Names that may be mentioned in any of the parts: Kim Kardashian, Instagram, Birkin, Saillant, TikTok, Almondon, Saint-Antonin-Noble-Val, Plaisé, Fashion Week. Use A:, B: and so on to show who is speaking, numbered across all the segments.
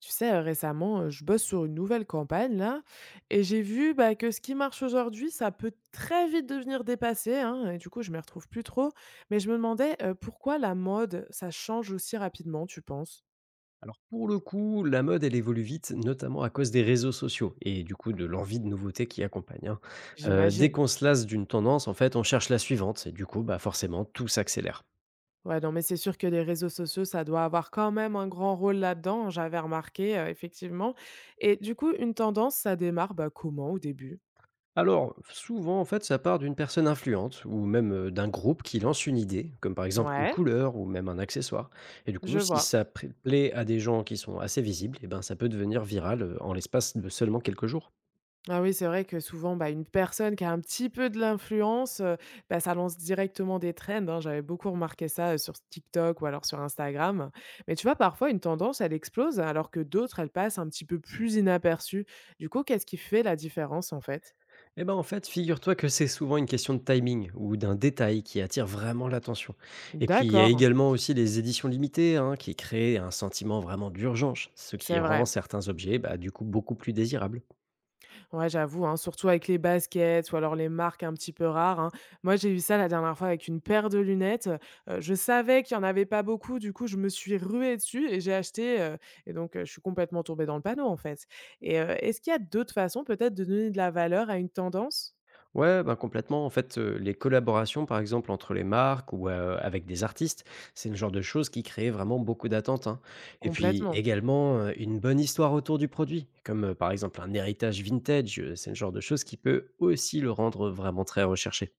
A: Tu sais, récemment, je bosse sur une nouvelle campagne là et j'ai vu, bah, que ce qui marche aujourd'hui, ça peut très vite devenir dépassé, hein, et du coup, je ne m'y retrouve plus trop. Mais je me demandais, pourquoi la mode, ça change aussi rapidement, tu penses?
B: Alors pour le coup, la mode, elle évolue vite, notamment à cause des réseaux sociaux et du coup de l'envie de nouveauté qui accompagne. Hein. Dès
A: J'imagine.
B: qu'on se lasse d'une tendance, en fait, on cherche la suivante et du coup, bah forcément, tout s'accélère.
A: Ouais, non, mais c'est sûr que les réseaux sociaux, ça doit avoir quand même un grand rôle là-dedans, j'avais remarqué, effectivement, et du coup, une tendance, ça démarre, bah, comment au début?
B: Alors souvent, en fait, ça part d'une personne influente ou même d'un groupe qui lance une idée, comme par exemple une
A: Ouais,
B: couleur ou même un accessoire. Et du coup,
A: je
B: si
A: vois.
B: plaît à des gens qui sont assez visibles, et ben ça peut devenir viral en l'espace de seulement quelques jours.
A: Ah oui, c'est vrai que souvent, bah, une personne qui a un petit peu de l'influence, bah, ça lance directement des trends, hein. J'avais beaucoup remarqué ça, sur TikTok ou alors sur Instagram. Mais tu vois, parfois une tendance, elle explose alors que d'autres, elles passent un petit peu plus inaperçues. Du coup, qu'est-ce qui fait la différence en fait?
B: Eh ben, en fait, figure-toi que c'est souvent une question de timing ou d'un détail qui attire vraiment l'attention. Et puis, il y a
A: D'accord,
B: également aussi les éditions limitées hein, qui créent un sentiment vraiment d'urgence, ce qui
A: c'est
B: rend
A: vrai.
B: certains objets bah, du coup beaucoup plus désirables.
A: Ouais, j'avoue, hein, surtout avec les baskets ou alors les marques un petit peu rares, hein. Moi, j'ai eu ça la dernière fois avec une paire de lunettes. Je savais qu'il n'y en avait pas beaucoup, du coup, je me suis ruée dessus et j'ai acheté. Et donc, je suis complètement tombée dans le panneau, en fait. Et est-ce qu'il y a d'autres façons, peut-être, de donner de la valeur à une tendance?
B: Ouais, ben complètement. En fait, les collaborations, par exemple, entre les marques ou avec des artistes, c'est le genre de choses qui crée vraiment beaucoup d'attentes. Hein. Et puis
A: Complètement.
B: également, une bonne histoire autour du produit, comme par exemple un héritage vintage, c'est le genre de choses qui peut aussi le rendre vraiment très recherché.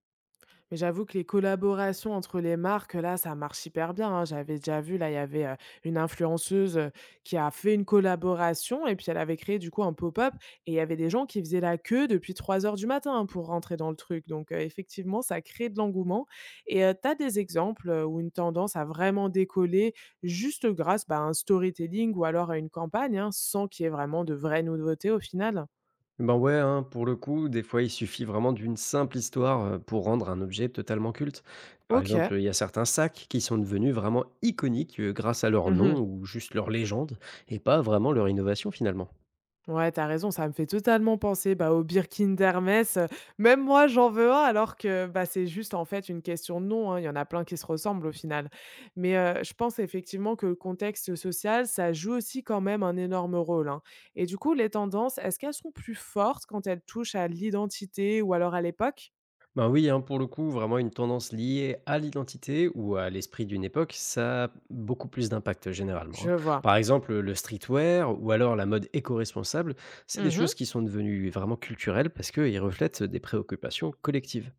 A: Mais j'avoue que les collaborations entre les marques, là, ça marche hyper bien, hein. J'avais déjà vu, là, il y avait, une influenceuse, qui a fait une collaboration et puis elle avait créé du coup un pop-up, et il y avait des gens qui faisaient la queue depuis 3 heures du matin, hein, pour rentrer dans le truc. Donc, effectivement, ça crée de l'engouement, et tu as des exemples, où une tendance a vraiment décollé juste grâce, bah, à un storytelling ou alors à une campagne, hein, sans qu'il y ait vraiment de vraies nouveautés au final?
B: Ben ouais, hein, pour le coup, des fois, il suffit vraiment d'une simple histoire pour rendre un objet totalement culte. Par
A: OK.
B: exemple, il y a certains sacs qui sont devenus vraiment iconiques grâce à leur nom
A: Mmh.
B: ou juste leur légende, et pas vraiment leur innovation finalement.
A: Ouais, t'as raison, ça me fait totalement penser, bah, au Birkin d'Hermès, même moi j'en veux un alors que, bah, c'est juste en fait une question de nom, hein, il y en a plein qui se ressemblent au final. Mais, je pense effectivement que le contexte social, ça joue aussi quand même un énorme rôle, hein. Et du coup, les tendances, est-ce qu'elles sont plus fortes quand elles touchent à l'identité ou alors à l'époque?
B: Ben oui, hein, pour le coup, vraiment une tendance liée à l'identité ou à l'esprit d'une époque, ça a beaucoup plus d'impact généralement. Hein.
A: Je
B: Par
A: vois.
B: exemple, le streetwear ou alors la mode éco-responsable, c'est des
A: Mmh.
B: choses qui sont devenues vraiment culturelles parce qu'ils reflètent des préoccupations collectives.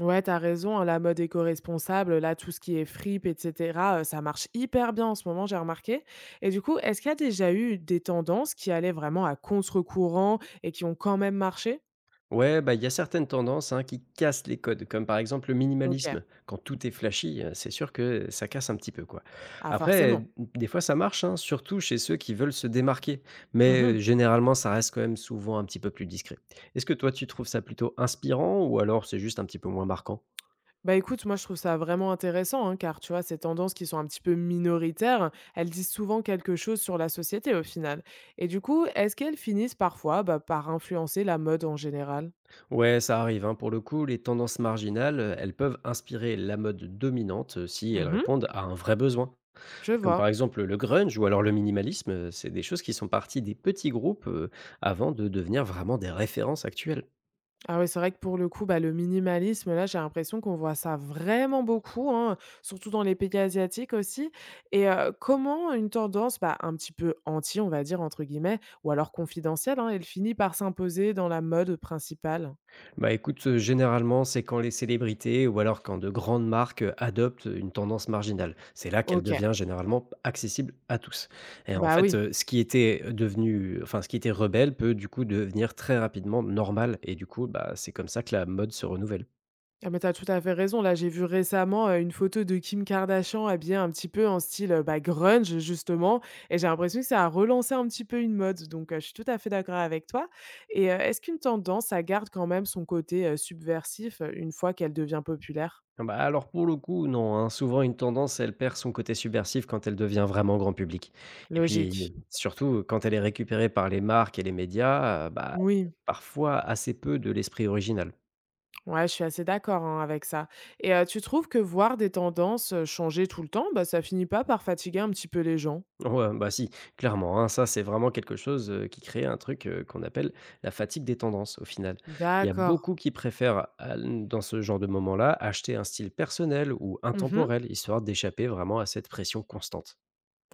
A: Ouais, t'as raison, hein, la mode éco-responsable, là, tout ce qui est fripe, et cetera, ça marche hyper bien en ce moment, j'ai remarqué, et du coup, est-ce qu'il y a déjà eu des tendances qui allaient vraiment à contre-courant et qui ont quand même marché?
B: Ouais, bah, il y a certaines tendances hein, qui cassent les codes, comme par exemple le
A: OK.
B: minimalisme. Quand tout est flashy, c'est sûr que ça casse un petit peu, quoi.
A: Ah
B: Après,
A: forcément.
B: des fois ça marche, hein, surtout chez ceux qui veulent se démarquer, mais
A: Mmh.
B: généralement ça reste quand même souvent un petit peu plus discret. Est-ce que toi tu trouves ça plutôt inspirant ou alors c'est juste un petit peu moins marquant?
A: Bah, écoute, moi, je trouve ça vraiment intéressant, hein, car, tu vois, ces tendances qui sont un petit peu minoritaires, elles disent souvent quelque chose sur la société, au final, et du coup, est-ce qu'elles finissent parfois, bah, par influencer la mode en général?
B: Ouais, ça arrive, hein. Pour le coup, les tendances marginales, elles peuvent inspirer la mode dominante si elles
A: Mmh mh.
B: répondent à un vrai besoin.
A: Je
B: Comme par
A: vois.
B: exemple le grunge ou alors le minimalisme, c'est des choses qui sont parties des petits groupes, avant de devenir vraiment des références actuelles.
A: Ah oui, c'est vrai que pour le coup, bah, le minimalisme, là, j'ai l'impression qu'on voit ça vraiment beaucoup, hein, surtout dans les pays asiatiques aussi. Et comment une tendance, bah, un petit peu anti, on va dire, entre guillemets, ou alors confidentielle, hein, elle finit par s'imposer dans la mode principale?
B: Bah écoute, généralement, c'est quand les célébrités ou alors quand de grandes marques, adoptent, une tendance marginale. C'est là qu'elle
A: Ok,
B: devient généralement accessible à tous et en
A: bah
B: fait,
A: oui.
B: ce qui était, devenu enfin ce qui était rebelle peut du coup devenir très rapidement normal et du coup, bah, c'est comme ça que la mode se renouvelle.
A: Ah mais t'as tout à fait raison. Là, j'ai vu récemment, une photo de Kim Kardashian habillée un petit peu en style, bah, grunge justement, et j'ai l'impression que ça a relancé un petit peu une mode, donc je suis tout à fait d'accord avec toi, et est-ce qu'une tendance, ça garde quand même son côté, subversif, une fois qu'elle devient populaire?
B: Ah bah, alors pour le coup, non, hein. Souvent une tendance, elle perd son côté subversif quand elle devient vraiment grand public et puis
A: Logique.
B: surtout, quand elle est récupérée par les marques et les médias, bah,
A: Oui,
B: parfois assez peu de l'esprit original.
A: ouais, je suis assez d'accord, hein, avec ça, et tu trouves que voir des tendances, changer tout le temps, bah, ça finit pas par fatiguer un petit peu les gens?
B: Ouais, bah si, clairement, hein, ça, c'est vraiment quelque chose, qui crée un truc, qu'on appelle la fatigue des tendances, au final. Il y a
A: D'accord.
B: beaucoup qui préfèrent à dans ce genre de moment-là, acheter un style personnel ou
A: Mmh.
B: intemporel, histoire d'échapper vraiment à cette pression constante.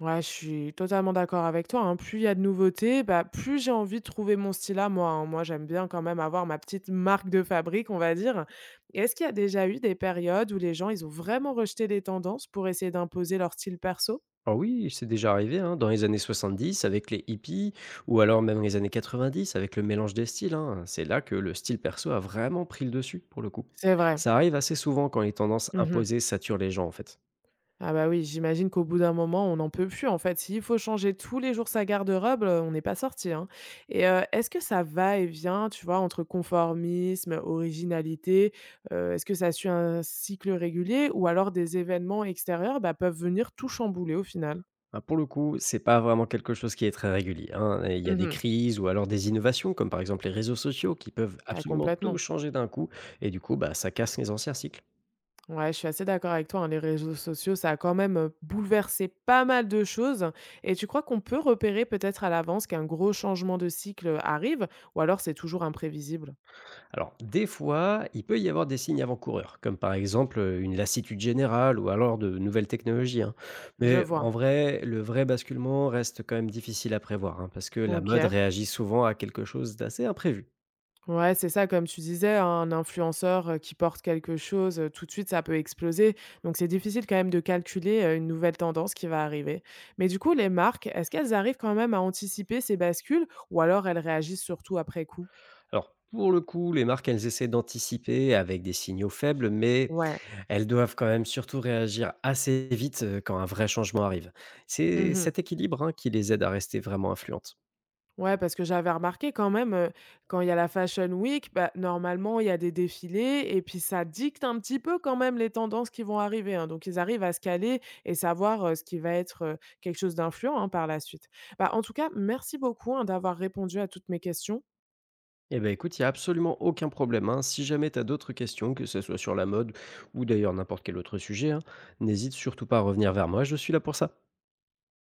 A: Ouais, je suis totalement d'accord avec toi, hein. Plus il y a de nouveautés, bah, plus j'ai envie de trouver mon style à moi, hein. Moi, j'aime bien quand même avoir ma petite marque de fabrique, on va dire. Et est-ce qu'il y a déjà eu des périodes où les gens, ils ont vraiment rejeté les tendances pour essayer d'imposer leur style perso?
B: Ah oui, c'est déjà arrivé, hein, dans les années 70 avec les hippies, ou alors même les années 90 avec le mélange des styles. Hein. C'est là que le style perso a vraiment pris le dessus, pour le coup.
A: C'est vrai.
B: Ça arrive assez souvent quand les tendances
A: Mmh.
B: imposées saturent les gens, en fait.
A: Ah bah oui, j'imagine qu'au bout d'un moment, on n'en peut plus en fait. S'il faut changer tous les jours sa garde-robe, on n'est pas sorti, hein. Et est-ce que ça va et vient, tu vois, entre conformisme, originalité? Est-ce que ça suit un cycle régulier ou alors des événements extérieurs, bah, peuvent venir tout chambouler au final?
B: Ah, pour le coup, c'est pas vraiment quelque chose qui est très régulier. Hein. Il y a des
A: Mmh.
B: crises ou alors des innovations, comme par exemple les réseaux sociaux, qui peuvent
A: Ah
B: absolument tout
A: complètement.
B: changer d'un coup, et du coup, bah, ça casse les anciens cycles.
A: Ouais, je suis assez d'accord avec toi, hein, les réseaux sociaux, ça a quand même, bouleversé pas mal de choses, et tu crois qu'on peut repérer peut-être à l'avance qu'un gros changement de cycle arrive, ou alors c'est toujours imprévisible?
B: Alors, des fois, il peut y avoir des signes avant-coureurs, comme par exemple une lassitude générale ou alors de nouvelles technologies. Hein.
A: Je
B: Mais en
A: vois.
B: vrai, le vrai basculement reste quand même difficile à prévoir, hein, parce que la mode
A: OK.
B: réagit souvent à quelque chose d'assez imprévu.
A: Ouais, c'est ça, comme tu disais, hein, un influenceur, qui porte quelque chose, tout de suite, ça peut exploser. Donc c'est difficile quand même de calculer, une nouvelle tendance qui va arriver. Mais du coup, les marques, est-ce qu'elles arrivent quand même à anticiper ces bascules ou alors elles réagissent surtout après coup?
B: Alors, pour le coup, les marques, elles essaient d'anticiper avec des signaux faibles, mais
A: Ouais.
B: elles doivent quand même surtout réagir assez vite quand un vrai changement arrive. C'est
A: Mmh.
B: cet équilibre hein, qui les aide à rester vraiment influentes.
A: Ouais, parce que j'avais remarqué quand même, quand il y a la Fashion Week, bah, normalement, il y a des défilés et puis ça dicte un petit peu quand même les tendances qui vont arriver, hein. Donc ils arrivent à se caler et savoir, ce qui va être, quelque chose d'influent, hein, par la suite. Bah, en tout cas, merci beaucoup, hein, d'avoir répondu à toutes mes questions.
B: Eh ben écoute, il y a absolument aucun problème, hein. Si jamais tu as d'autres questions, que ce soit sur la mode ou d'ailleurs n'importe quel autre sujet, hein, n'hésite surtout pas à revenir vers moi, je suis là pour ça.